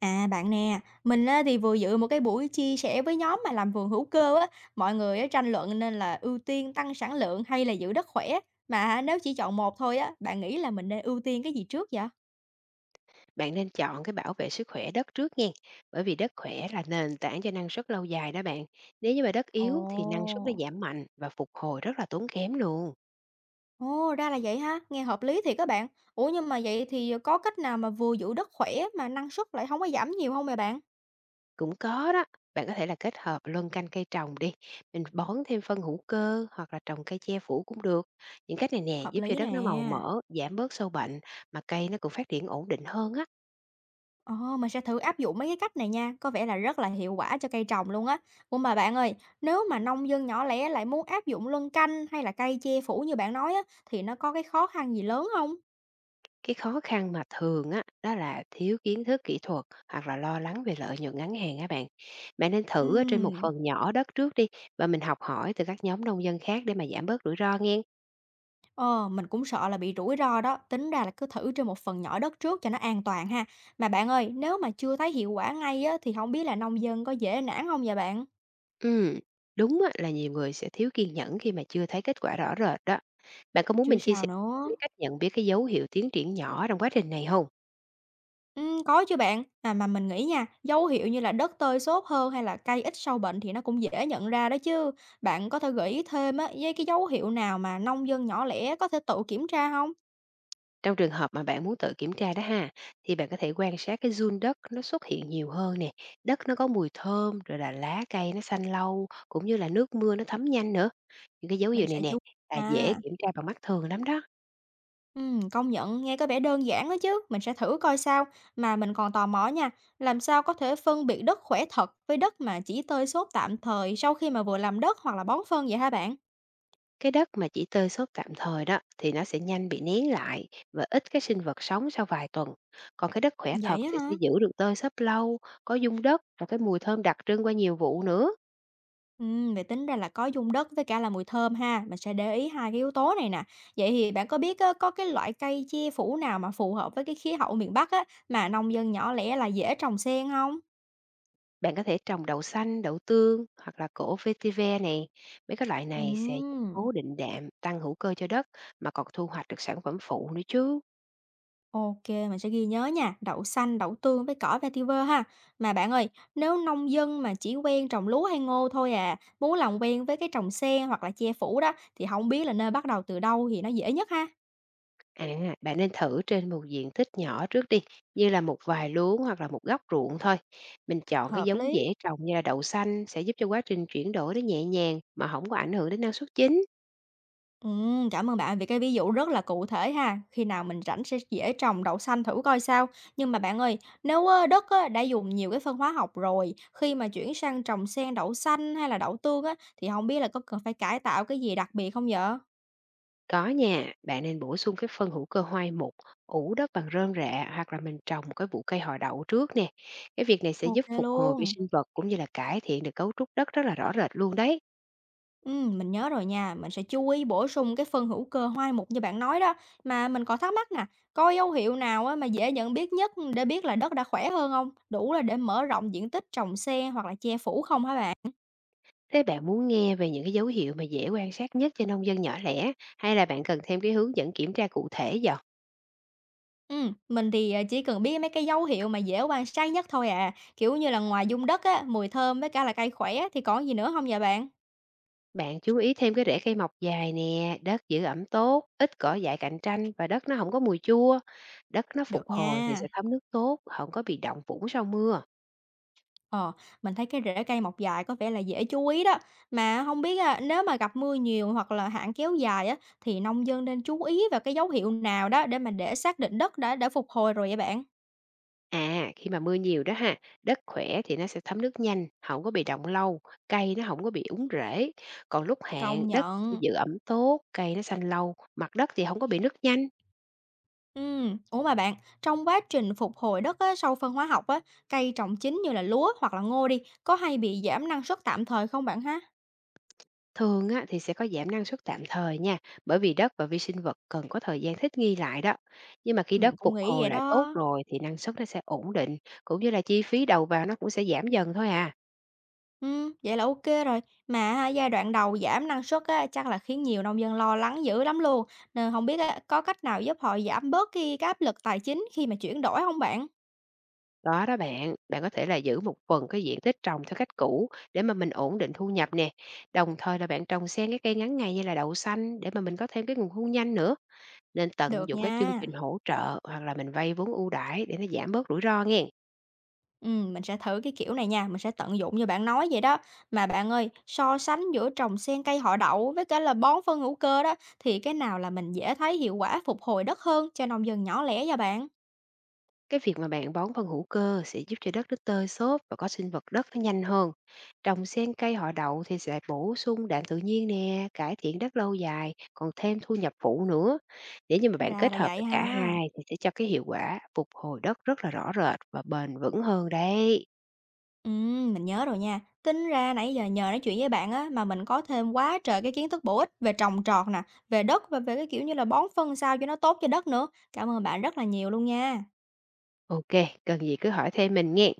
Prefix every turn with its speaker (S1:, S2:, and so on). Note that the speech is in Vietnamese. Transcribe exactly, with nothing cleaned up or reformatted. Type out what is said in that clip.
S1: À, bạn nè, mình á thì vừa dự một cái buổi chia sẻ với nhóm mà làm vườn hữu cơ á, mọi người á tranh luận nên là ưu tiên tăng sản lượng hay là giữ đất khỏe. Mà nếu chỉ chọn một thôi á, bạn nghĩ là mình nên ưu tiên cái gì trước vậy?
S2: Bạn nên chọn cái bảo vệ sức khỏe đất trước nha, bởi vì đất khỏe là nền tảng cho năng suất lâu dài đó bạn. Nếu như mà đất
S1: Ồ,
S2: yếu thì năng suất nó giảm mạnh và phục hồi rất là tốn kém luôn.
S1: Ồ, ra là vậy ha, nghe hợp lý thiệt các bạn. Ủa nhưng mà vậy thì có cách nào mà vừa giữ đất khỏe mà năng suất lại không có giảm nhiều không vậy bạn?
S2: Cũng có đó, bạn có thể là kết hợp luân canh cây trồng đi, mình bón thêm phân hữu cơ hoặc là trồng cây che phủ cũng được. Những cách này nè
S1: Hợp
S2: giúp cho
S1: lý
S2: đất nó màu
S1: nè.
S2: mỡ, giảm bớt sâu bệnh mà cây nó cũng phát triển ổn định hơn á.
S1: Ồ, mình sẽ thử áp dụng mấy cái cách này nha, có vẻ là rất là hiệu quả cho cây trồng luôn á. Ủa mà bạn ơi, nếu mà nông dân nhỏ lẻ lại muốn áp dụng luân canh hay là cây che phủ như bạn nói á, thì nó có cái khó khăn gì lớn không?
S2: Cái khó khăn mà thường á, đó là thiếu kiến thức kỹ thuật hoặc là lo lắng về lợi nhuận ngắn hạn á bạn. Bạn nên thử ở trên một
S1: Ừm,
S2: phần nhỏ đất trước đi, và mình học hỏi từ các nhóm nông dân khác để mà giảm bớt rủi ro nghe.
S1: ờ, mình cũng sợ là bị rủi ro đó, tính ra là cứ thử trên một phần nhỏ đất trước cho nó an toàn ha. Mà bạn ơi, nếu mà chưa thấy hiệu quả ngay á, thì không biết là nông dân có dễ nản không vậy bạn?
S2: Ừ, đúng á, là nhiều người sẽ thiếu kiên nhẫn khi mà chưa thấy kết quả rõ rệt đó. Bạn có muốn
S1: Chứ
S2: mình chia
S1: sao
S2: sẻ thêm
S1: nữa.
S2: cái cách nhận biết cái dấu hiệu tiến triển nhỏ trong quá trình này không?
S1: Ừm, có chứ bạn. À, mà mình nghĩ nha, dấu hiệu như là đất tơi xốp hơn hay là cây ít sâu bệnh thì nó cũng dễ nhận ra đó chứ. Bạn có thể gợi ý thêm á, với cái dấu hiệu nào mà nông dân nhỏ lẻ có thể tự kiểm tra không?
S2: Trong trường hợp mà bạn muốn tự kiểm tra đó ha, thì bạn có thể quan sát cái giun đất nó xuất hiện nhiều hơn nè, đất nó có mùi thơm, rồi là lá cây nó xanh lâu, cũng như là nước mưa nó thấm nhanh nữa. Những cái dấu
S1: Mình
S2: hiệu
S1: sẽ
S2: này nè
S1: chú
S2: là
S1: ý.
S2: dễ
S1: À,
S2: kiểm tra bằng mắt thường lắm đó.
S1: ừm, công nhận nghe có vẻ đơn giản đó chứ, mình sẽ thử coi sao. Mà mình còn tò mò nha, làm sao có thể phân biệt đất khỏe thật với đất mà chỉ tơi xốp tạm thời sau khi mà vừa làm đất hoặc là bón phân vậy hả bạn?
S2: Cái đất mà chỉ tơi xốp tạm thời đó thì nó sẽ nhanh bị nén lại và ít cái sinh vật sống sau vài tuần. Còn cái đất khỏe thật
S1: Vậy á
S2: thì
S1: hả?
S2: sẽ giữ được tơi xốp lâu, có dung đất và cái mùi thơm đặc trưng qua nhiều vụ nữa.
S1: Ừm, vậy tính ra là có dung đất với cả là mùi thơm ha, mình sẽ để ý hai cái yếu tố này nè. Vậy thì bạn có biết á, có cái loại cây che phủ nào mà phù hợp với cái khí hậu miền Bắc á, mà nông dân nhỏ lẻ là dễ trồng xen không?
S2: Bạn có thể trồng đậu xanh, đậu tương hoặc là cổ vetiver này. Mấy cái loại này sẽ giúp
S1: Ừm,
S2: cố định đạm, tăng hữu cơ cho đất mà còn thu hoạch được sản phẩm phụ nữa chứ.
S1: ok, mình sẽ ghi nhớ nha, đậu xanh, đậu tương với cỏ vetiver ha. Mà bạn ơi, nếu nông dân mà chỉ quen trồng lúa hay ngô thôi à, muốn làm quen với cái trồng sen hoặc là che phủ đó, thì không biết là nên bắt đầu từ đâu thì nó dễ nhất ha?
S2: À, bạn nên thử trên một diện tích nhỏ trước đi, như là một vài luống hoặc là một góc ruộng thôi. Mình chọn cái
S1: Hợp
S2: giống
S1: lý.
S2: dễ trồng như là đậu xanh sẽ giúp cho quá trình chuyển đổi nó nhẹ nhàng mà không có ảnh hưởng đến năng suất chính.
S1: Ừm, cảm ơn bạn vì cái ví dụ rất là cụ thể ha. Khi nào mình rảnh sẽ dễ trồng đậu xanh thử coi sao. Nhưng mà bạn ơi, nếu á, đất á, đã dùng nhiều cái phân hóa học rồi, khi mà chuyển sang trồng sen đậu xanh hay là đậu tương á, thì không biết là có cần phải cải tạo cái gì đặc biệt không vậy?
S2: Có nha, bạn nên bổ sung cái phân hữu cơ hoai mục, ủ đất bằng rơm rạ hoặc là mình trồng một cái vụ cây họ đậu trước nè. Cái việc này sẽ
S1: Ok
S2: giúp phục hồi
S1: luôn.
S2: vi sinh vật cũng như là cải thiện được cấu trúc đất rất là rõ rệt luôn đấy.
S1: Ừm, mình nhớ rồi nha, mình sẽ chú ý bổ sung cái phân hữu cơ hoai mục như bạn nói đó. Mà mình còn thắc mắc nè, có dấu hiệu nào á, mà dễ nhận biết nhất để biết là đất đã khỏe hơn không? Đủ là để mở rộng diện tích trồng sen hoặc là che phủ không hả bạn?
S2: Thế bạn muốn nghe về những cái dấu hiệu mà dễ quan sát nhất cho nông dân nhỏ lẻ, hay là bạn cần thêm cái hướng dẫn kiểm tra cụ thể vậy?
S1: Ừm, mình thì, à, chỉ cần biết mấy cái dấu hiệu mà dễ quan sát nhất thôi à, kiểu như là, ngoài dung đất á, mùi thơm với cả là cây khỏe thì còn gì nữa không vậy bạn?
S2: Bạn chú ý thêm cái rễ cây mọc dài nè, đất giữ ẩm tốt, ít cỏ dại cạnh tranh và đất nó không có mùi chua. Đất nó phục
S1: Được
S2: hồi thì
S1: nha.
S2: sẽ thấm nước tốt, không có bị động vũng sau mưa.
S1: Ờ, mình thấy cái rễ cây mọc dài có vẻ là dễ chú ý đó. Mà không biết á, nếu mà gặp mưa nhiều hoặc là hạn kéo dài á, thì nông dân nên chú ý vào cái dấu hiệu nào đó để mà để xác định đất đã đã phục hồi rồi vậy bạn?
S2: À, khi mà mưa nhiều đó ha, đất khỏe thì nó sẽ thấm nước nhanh, không có bị động lâu, cây nó không có bị úng rễ. Còn lúc hạn,
S1: Công
S2: đất sẽ
S1: nhận.
S2: giữ ẩm tốt, cây nó xanh lâu, mặt đất thì không có bị nứt nhanh.
S1: Ừm, ủa mà bạn, trong quá trình phục hồi đất á, sau phân hóa học á, cây trồng chính như là lúa hoặc là ngô đi, có hay bị giảm năng suất tạm thời không bạn ha?
S2: Thường á, thì sẽ có giảm năng suất tạm thời nha, bởi vì đất và vi sinh vật cần có thời gian thích nghi lại đó. Nhưng mà khi
S1: Mình
S2: đất
S1: cũng
S2: phục
S1: nghĩ
S2: hồi
S1: vậy
S2: lại tốt
S1: đó.
S2: rồi thì năng suất nó sẽ ổn định, cũng như là chi phí đầu vào nó cũng sẽ giảm dần thôi à.
S1: Ừ, vậy là ok rồi. Mà á, giai đoạn đầu giảm năng suất á, chắc là khiến nhiều nông dân lo lắng dữ lắm luôn. Nên không biết á, có cách nào giúp họ giảm bớt cái, cái áp lực tài chính khi mà chuyển đổi không bạn?
S2: Đó đó bạn, bạn có thể là giữ một phần cái diện tích trồng theo cách cũ để mà mình ổn định thu nhập nè. Đồng thời là bạn trồng xen cái cây ngắn ngày như là đậu xanh để mà mình có thêm cái nguồn thu nhanh nữa. Nên tận
S1: Được
S2: dụng các chương
S1: nha.
S2: trình hỗ trợ hoặc là mình vay vốn ưu đãi để nó giảm bớt rủi ro nghe.
S1: Ừm, mình sẽ thử cái kiểu này nha, mình sẽ tận dụng như bạn nói vậy đó. Mà bạn ơi, so sánh giữa trồng xen cây họ đậu với cả là bón phân hữu cơ đó, thì cái nào là mình dễ thấy hiệu quả phục hồi đất hơn cho nông dân nhỏ lẻ vậy bạn?
S2: Cái việc mà bạn bón phân hữu cơ sẽ giúp cho đất nó tơi xốp và có sinh vật đất nó nhanh hơn. Trồng xen cây họ đậu thì sẽ bổ sung đạm tự nhiên nè, cải thiện đất lâu dài, còn thêm thu nhập phụ nữa. Nếu như mà bạn
S1: Ra
S2: kết
S1: là
S2: hợp được
S1: vậy
S2: cả
S1: ha.
S2: hai thì sẽ cho cái hiệu quả phục hồi đất rất là rõ rệt và bền vững hơn đấy.
S1: Ừm, mình nhớ rồi nha. Tính ra nãy giờ nhờ nói chuyện với bạn á mà mình có thêm quá trời cái kiến thức bổ ích về trồng trọt nè, về đất và về cái kiểu như là bón phân sao cho nó tốt cho đất nữa. Cảm ơn bạn rất là nhiều luôn nha.
S2: Ok, cần gì cứ hỏi thêm mình nghe.